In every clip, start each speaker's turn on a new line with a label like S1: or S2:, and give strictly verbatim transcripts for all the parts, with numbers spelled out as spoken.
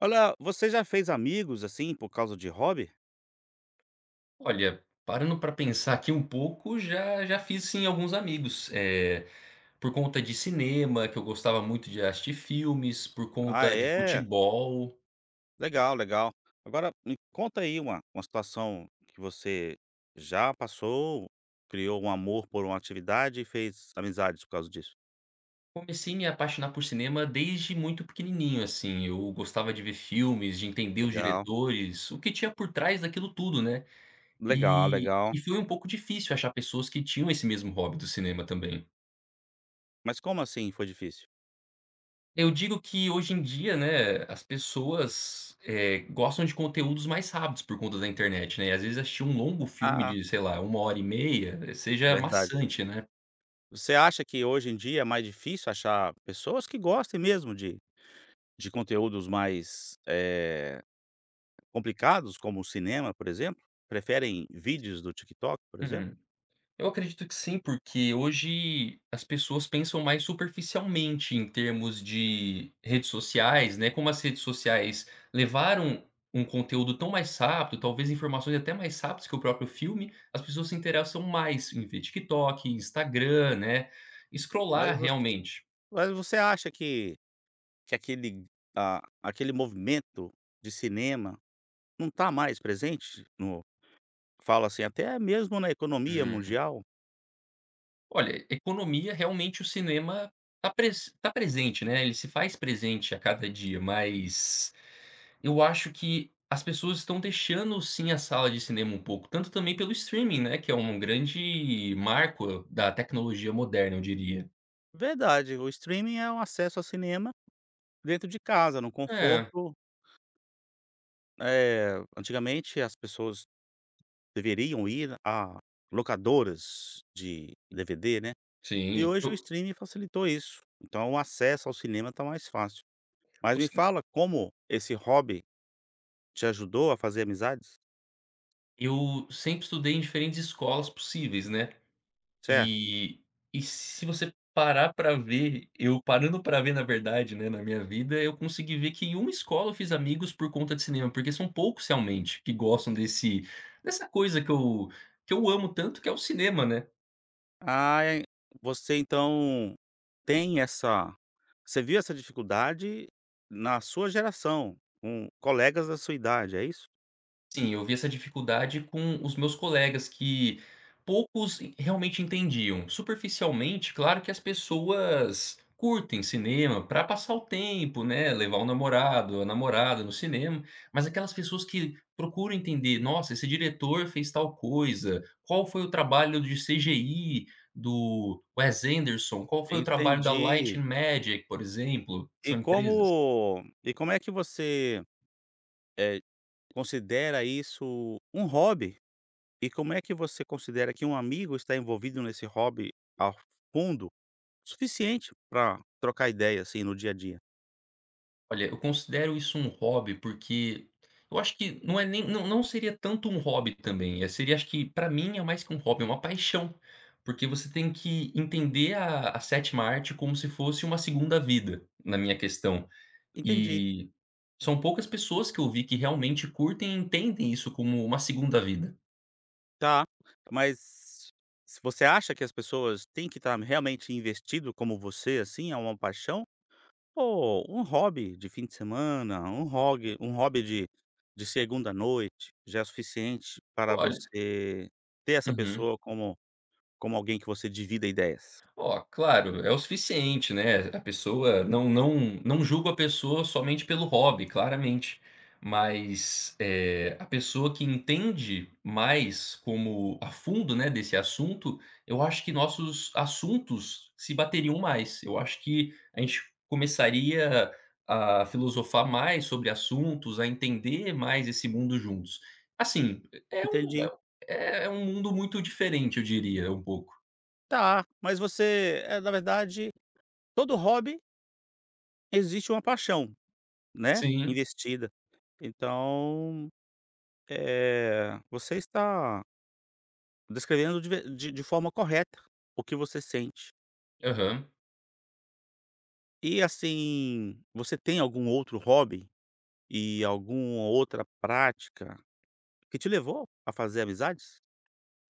S1: Olha, você já fez amigos, assim, por causa de hobby?
S2: Olha, parando para pensar aqui um pouco, já já fiz sim alguns amigos, eh, por conta de cinema, que eu gostava muito de assistir filmes, por
S1: Ah,
S2: conta de
S1: é?
S2: futebol.
S1: Legal, legal. Agora me conta aí uma uma situação que você já passou, criou um amor por uma atividade e fez amizades por causa disso.
S2: Comecei a me apaixonar por cinema desde muito pequenininho, assim, eu gostava de ver filmes, de entender os
S1: Legal,
S2: diretores, o que tinha por trás daquilo tudo, né.
S1: legal,
S2: E
S1: legal.
S2: e foi um pouco difícil achar pessoas que tinham esse mesmo hobby do cinema também.
S1: Mas como assim foi difícil?
S2: Eu digo que hoje em dia, né, as pessoas, eh, gostam de conteúdos mais rápidos por conta da internet, né, e às vezes assistir um longo filme
S1: Ah,
S2: de, sei lá, uma hora e meia eh, seja
S1: verdade.
S2: maçante, né.
S1: Você acha que hoje em dia é mais difícil achar pessoas que gostem mesmo de de conteúdos mais, eh, complicados, como o cinema, por exemplo? Preferem vídeos do TikTok, por exemplo?
S2: Uhum. Eu acredito que sim, porque hoje as pessoas pensam mais superficialmente em termos de redes sociais, né, como as redes sociais levaram um conteúdo tão mais rápido, talvez informações até mais rápidas que o próprio filme, as pessoas se interessam mais em ver TikTok, Instagram, né,
S1: Mas
S2: scrollar
S1: voc
S2: realmente.
S1: mas você acha que que aquele a aquele movimento de cinema não está mais presente no fala assim, até mesmo na economia
S2: Hum.
S1: mundial?
S2: Olha, economia, realmente o cinema está presente, né, ele se faz presente a cada dia, mas eu acho que as pessoas estão deixando sim a sala de cinema um pouco, tanto também pelo streaming, né, que é um grande marco da tecnologia moderna, eu diria.
S1: Verdade, o streaming é um acesso ao cinema dentro de casa, no
S2: É,
S1: conforto, eh, antigamente as pessoas deveriam ir a locadoras de D V D, né, e
S2: sim.
S1: hoje o
S2: Eu
S1: streaming facilitou isso, então o acesso ao cinema está mais fácil. Mas
S2: eu
S1: me
S2: se
S1: fala como esse hobby te ajudou a fazer amizades?
S2: eu sempre estudei em diferentes escolas possíveis, né,
S1: Certo.
S2: e e se você parar pra ver, eu parando pra ver, na verdade, né, na minha vida, eu consegui ver que em uma escola eu fiz amigos por conta de cinema, porque são poucos realmente que gostam desse dessa coisa que eu que eu amo tanto, que é o cinema, né.
S1: Ah, eh, você então tem essa você viu essa dificuldade na sua geração, com colegas da sua idade, é isso?
S2: Sim, eu vi essa dificuldade com os meus colegas que poucos en realmente entendiam. Superficialmente, claro que as pessoas curtem cinema para passar o tempo, né, levar o namorado, a namorada no cinema, mas aquelas pessoas que procuram entender: "Nossa, esse diretor fez tal coisa. Qual foi o trabalho de C G I do Wes Anderson? Qual foi o trabalho da Light
S1: Entendi.
S2: and Magic", por exemplo, que
S1: E
S2: são empresas.
S1: como e como é que você, eh, considera isso um hobby? E como é que você considera que um amigo está envolvido nesse hobby a fundo, suficiente para trocar ideia, assim, no dia a dia?
S2: Olha, eu considero isso um hobby, porque eu acho que não é nem não não seria tanto um hobby também, é seria acho que para mim é mais que um hobby, é uma paixão, porque você tem que entender a a sétima arte como se fosse uma segunda vida, na minha questão.
S1: Entendi.
S2: E são poucas pessoas que eu vi que realmente curtem e entendem isso como uma segunda vida.
S1: Tá, mas se você acha que as pessoas têm que estar realmente investido como você, assim, é uma paixão? Ou um hobby de fim de semana, um hobby um hobby de de segunda à noite, já é suficiente para
S2: Olha,
S1: você ter essa
S2: uhum.
S1: pessoa como como alguém que você divida ideias.
S2: Ó, claro, é o suficiente, né, a pessoa não não não julgo a pessoa somente pelo hobby, claramente, mas, eh, a pessoa que entende mais como a fundo, né, desse assunto, eu acho que nossos assuntos se bateriam mais. Eu acho que a gente começaria a filosofar mais sobre assuntos, a entender mais esse mundo juntos. Assim, é um
S1: Entendi.
S2: é é um mundo muito diferente, eu diria, um pouco.
S1: Tá, mas você é na verdade, todo hobby existe uma paixão, né,
S2: Sim,
S1: investida. Então, é você está descrevendo de de de forma correta o que você sente.
S2: aham.
S1: E assim, você tem algum outro hobby e alguma outra prática que te levou a fazer amizades?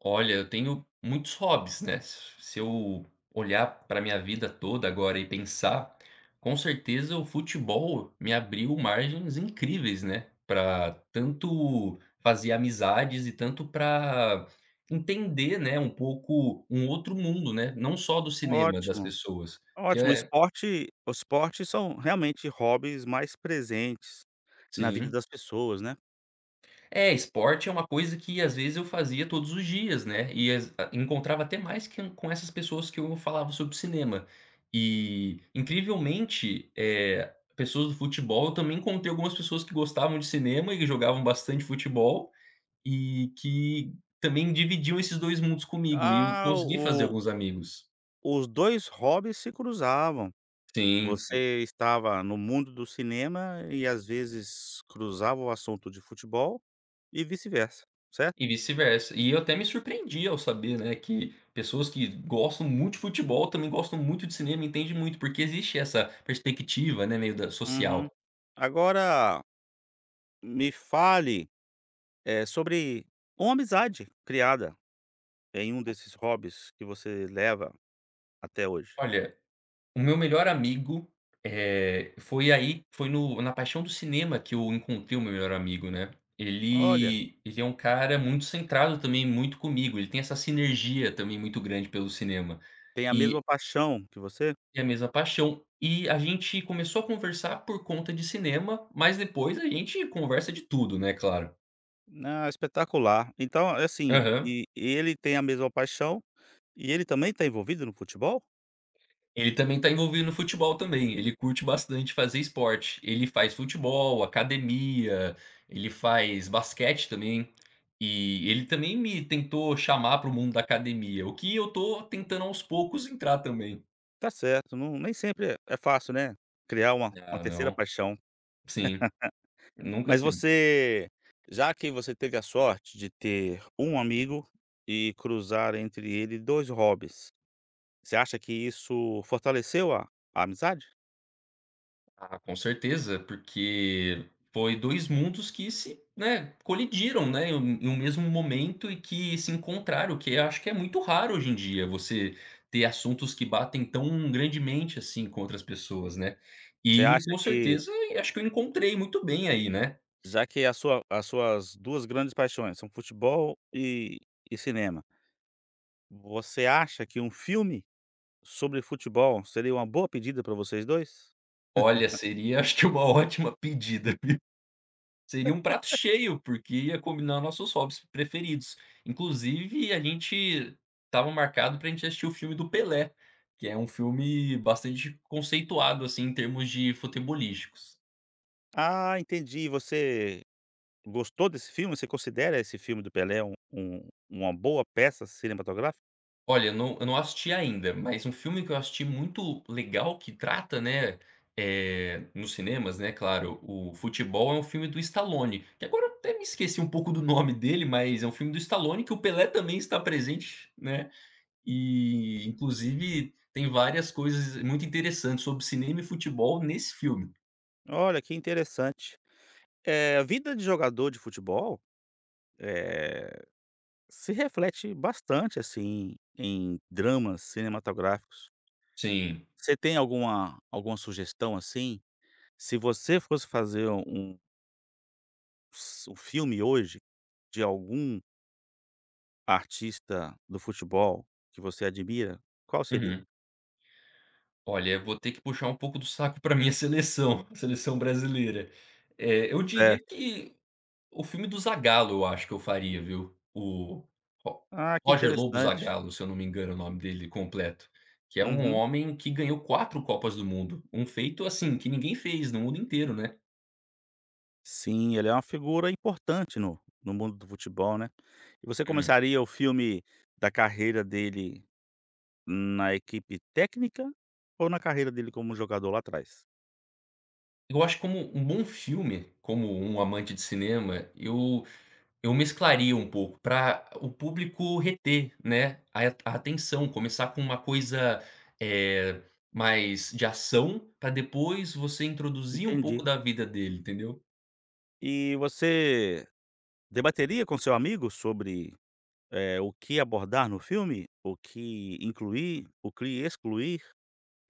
S2: Olha, eu tenho muitos hobbies, né. Se eu olhar para minha vida toda agora e pensar, com certeza o futebol me abriu margens incríveis, né, para tanto fazer amizades e tanto para entender, né, um pouco um outro mundo, né, não só do cinema das
S1: Ótimo,
S2: pessoas, que
S1: ótimo. O
S2: é
S1: esporte os esportes são realmente hobbies mais presentes na vida
S2: sim.
S1: das pessoas, né.
S2: É, esporte é uma coisa que às vezes eu fazia todos os dias, né, e as a encontrava até mais que com essas pessoas que eu falava sobre cinema. E, incrivelmente, eh, pessoas do futebol, eu também encontrei algumas pessoas que gostavam de cinema e que jogavam bastante futebol, e que também dividiam esses dois mundos comigo, e eu
S1: Ah,
S2: consegui fazer
S1: o
S2: alguns amigos.
S1: os dois hobbies se cruzavam.
S2: Sim.
S1: Você estava no mundo do cinema e às vezes cruzava o assunto de futebol e vice-versa, certo?
S2: E vice-versa. E eu até me surpreendi ao saber, né, que pessoas que gostam muito de futebol também gostam muito de cinema, entendem muito, porque existe essa perspectiva, né, meio da
S1: Uhum.
S2: social.
S1: Agora me fale, eh, sobre uma amizade criada em um desses hobbies que você leva até hoje.
S2: Olha, o meu melhor amigo, eh, foi aí foi no na paixão do cinema que eu encontrei o meu melhor amigo, né.
S1: Olha,
S2: Ele ele é um cara muito centrado também muito comigo, ele tem essa sinergia também muito grande pelo cinema.
S1: tem a
S2: E
S1: mesma paixão que você?
S2: E a mesma paixão. E a gente começou a conversar por conta de cinema, mas depois a gente conversa de tudo, né, claro.
S1: Ah, espetacular. Então, é assim,
S2: Aham.
S1: e e ele tem a mesma paixão e ele também está envolvido no futebol?
S2: Ele também tá envolvido no futebol também, ele curte bastante fazer esporte. Ele faz futebol, academia, ele faz basquete também. E ele também me tentou chamar para o mundo da academia, o que eu tô tentando aos poucos entrar também.
S1: Tá certo, não nem sempre é é fácil, né, criar uma uma
S2: Ah,
S1: terceira
S2: não.
S1: paixão.
S2: Sim, nunca
S1: Mas
S2: assim.
S1: você já que você teve a sorte de ter um amigo e cruzar entre ele dois hobbies, você acha que isso fortaleceu a a amizade?
S2: Ah, com certeza, porque foi dois mundos que se, né, colidiram, né, em um em um mesmo momento e que se encontraram, o que eu acho que é muito raro hoje em dia, você ter assuntos que batem tão grandemente assim com outras pessoas, né.
S1: Você
S2: E
S1: acha
S2: com
S1: que
S2: certeza, eu acho que eu encontrei muito bem aí, né.
S1: já que a sua as suas duas grandes paixões são futebol e e cinema, você acha que um filme sobre futebol seria uma boa pedida para vocês dois?
S2: Olha, seria acho que uma ótima pedida. Seria um prato cheio, porque ia combinar nossos hobbies preferidos. Inclusive, a gente estava marcado para a gente assistir o filme do Pelé, que é um filme bastante conceituado, assim, em termos de futebolísticos.
S1: "Ah, entendi, você gostou desse filme? Você considera esse filme do Pelé um um uma boa peça cinematográfica?"
S2: Olha, eu não eu não assisti ainda, mas um filme que eu assisti muito legal que trata, né, eh, nos cinemas, né, claro, o futebol, é um filme do Stallone, que agora eu até me esqueci um pouco do nome dele, mas é um filme do Stallone que o Pelé também está presente, né, e, inclusive, tem várias coisas muito interessantes sobre cinema e futebol nesse filme.
S1: Olha, que interessante. Eh, a vida de jogador de futebol, eh, se reflete bastante, assim, em dramas cinematográficos.
S2: Sim.
S1: Você tem alguma alguma sugestão, assim? Se você fosse fazer um s um filme hoje de algum artista do futebol que você admira, qual seria?
S2: Uhum. Olha, eu vou ter que puxar um pouco do saco para minha seleção, seleção brasileira. Eh, eu diria
S1: Certo.
S2: que o filme do Zagallo eu acho que eu faria, viu. O Ro
S1: Ah, que
S2: Roger Lobo
S1: interessante.
S2: Zagallo, se eu não me engano é o nome dele completo, que é um
S1: Uhum.
S2: homem que ganhou quatro Copas do Mundo, um feito, assim, que ninguém fez no mundo inteiro, né.
S1: Sim, ele é uma figura importante no no mundo do futebol, né. E você começaria o filme da carreira dele na equipe técnica ou na carreira dele como jogador lá atrás?
S2: Eu acho que como um bom filme, como um amante de cinema, eu eu mesclaria um pouco para o público reter, né, a a atenção, começar com uma coisa, eh, mais de ação, para depois você introduzir um
S1: Entendi.
S2: pouco da vida dele, entendeu.
S1: E você debateria com seu amigo sobre, eh, o que abordar no filme? O que incluir? O que excluir?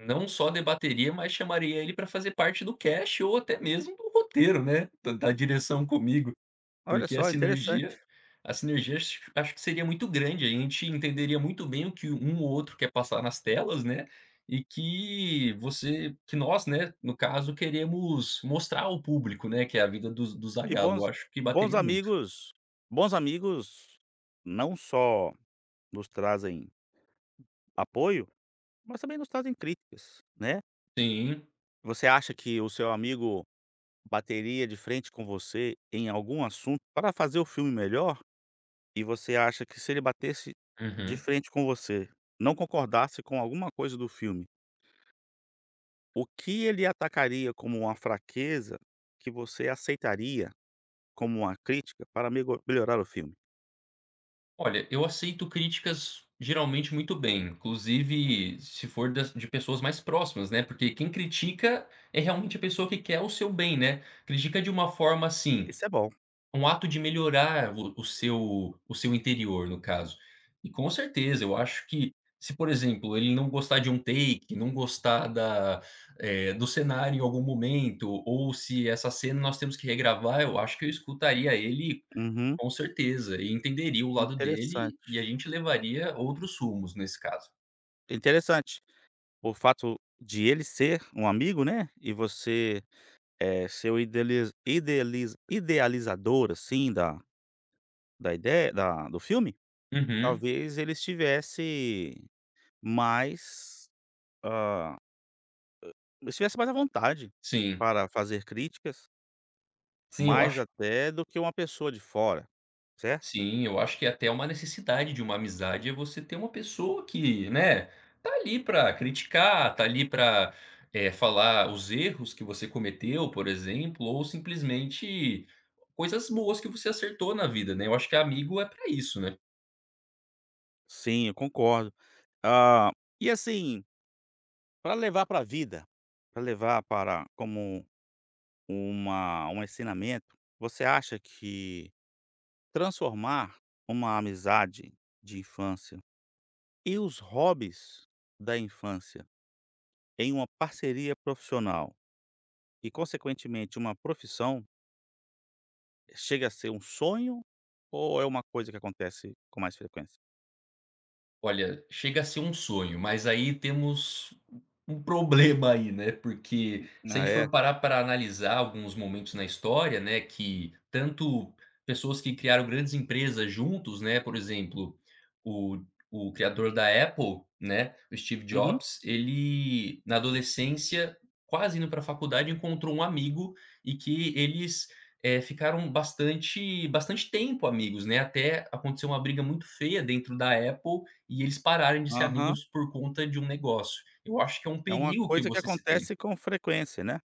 S2: Não só debateria, mas chamaria ele para fazer parte do cast ou até mesmo do roteiro, né, da da direção comigo.
S1: Olha
S2: Porque a
S1: só,
S2: sinergia
S1: interessante.
S2: a sinergia acho acho que seria muito grande, a gente entenderia muito bem o que um ou outro quer passar nas telas, né, e que você que nós, né, no caso, queremos mostrar ao público, né, que é a vida do do
S1: E
S2: Zagalo,
S1: bons
S2: eu acho que
S1: bons
S2: bateria muito.
S1: amigos bons amigos não só nos trazem apoio, mas também nos trazem críticas, né.
S2: Sim,
S1: Você acha que o seu amigo bateria de frente com você em algum assunto para fazer o filme melhor? E você acha que se ele batesse de
S2: uhum.
S1: frente com você, não concordasse com alguma coisa do filme, o que ele atacaria como uma fraqueza que você aceitaria como uma crítica para mego melhorar o filme?
S2: Olha, eu aceito críticas geralmente muito bem, inclusive se for das de pessoas mais próximas, né, porque quem critica é realmente a pessoa que quer o seu bem, né, critica de uma forma assim.
S1: Isso é bom.
S2: Um ato de melhorar o o seu o seu interior, no caso. E com certeza, eu acho que se, por exemplo, ele não gostar de um take, não gostar da, eh, do cenário em algum momento, ou se essa cena nós temos que regravar, eu acho que eu escutaria ele
S1: Uhum.
S2: com certeza e entenderia o lado dele
S1: Interessante,
S2: e a gente levaria outros rumos nesse caso.
S1: interessante. O fato de ele ser um amigo, né, e você eh, seu idealiz idealiza idealizador, assim, da da ideia da do filme,
S2: Uhum,
S1: talvez ele estivesse mais, hã, estivesse mais à vontade
S2: sim.
S1: para fazer críticas,
S2: Sim, eu
S1: mais
S2: acho
S1: até do que uma pessoa de fora, certo?
S2: Sim, eu acho que é até uma necessidade de uma amizade, é você ter uma pessoa que, né, tá ali pra criticar, tá ali pra, eh, falar os erros que você cometeu, por exemplo, ou simplesmente coisas boas que você acertou na vida, né. Eu acho que amigo é pra isso, né.
S1: Sim, eu concordo. Hã, e assim, para levar para a vida, para levar para como uma um ensinamento, você acha que transformar uma amizade de infância e os hobbies da infância em uma parceria profissional e, consequentemente, uma profissão, chega a ser um sonho ou é uma coisa que acontece com mais frequência?
S2: Olha, chega a ser um sonho, mas aí temos um problema aí, né, porque se a
S1: Ah,
S2: gente for
S1: é?
S2: parar para analisar alguns momentos na história, né, que tanto pessoas que criaram grandes empresas juntos, né, por exemplo, o o criador da Apple, né, o Steve
S1: Uhum.
S2: Jobs, ele na adolescência, quase indo para a faculdade, encontrou um amigo e que eles, eh, ficaram bastante bastante tempo amigos, né, até aconteceu uma briga muito feia dentro da Apple e eles pararem de ser
S1: Aham.
S2: amigos por conta de um negócio. Eu acho que é um
S1: É uma
S2: perigo que
S1: coisa que
S2: você se tem.
S1: acontece com frequência, né.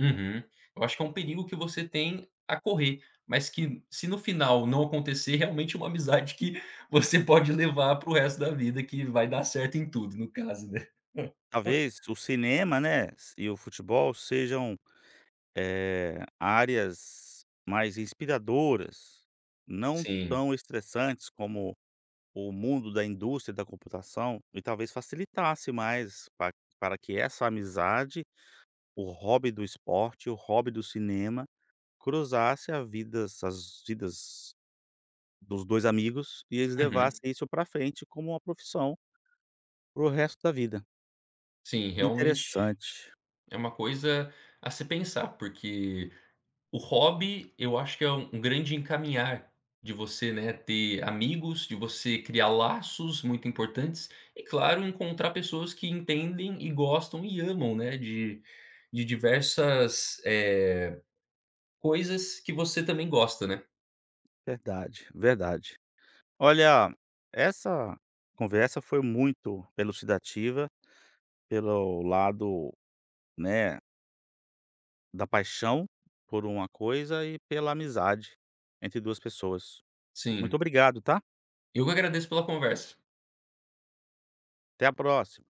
S2: Uhum. Eu acho que é um perigo que você tem a correr, mas que se no final não acontecer, realmente é uma amizade que você pode levar para o resto da vida, que vai dar certo em tudo, no caso, né.
S1: Talvez o cinema, né, s- e o futebol sejam, eh, áreas mais inspiradoras, não
S2: Sim.
S1: tão estressantes como o mundo da indústria da computação e talvez facilitasse mais pa para que essa amizade, o hobby do esporte, o hobby do cinema, cruzasse a vidas as vidas dos dois amigos e eles
S2: Uhum.
S1: levassem isso para frente como uma profissão para o resto da vida.
S2: Sim, realmente
S1: Interessante.
S2: é uma coisa a se pensar, porque o hobby, eu acho que é um um grande encaminhar de você, né, ter amigos, de você criar laços muito importantes e, claro, encontrar pessoas que entendem e gostam e amam, né, de de diversas, eh, coisas que você também gosta, né.
S1: Verdade, verdade. Olha, essa conversa foi muito elucidativa pelo lado, né, da paixão por uma coisa e pela amizade entre duas pessoas. Muito
S2: Sim,
S1: obrigado, tá?
S2: eu que agradeço pela conversa.
S1: Até a próxima.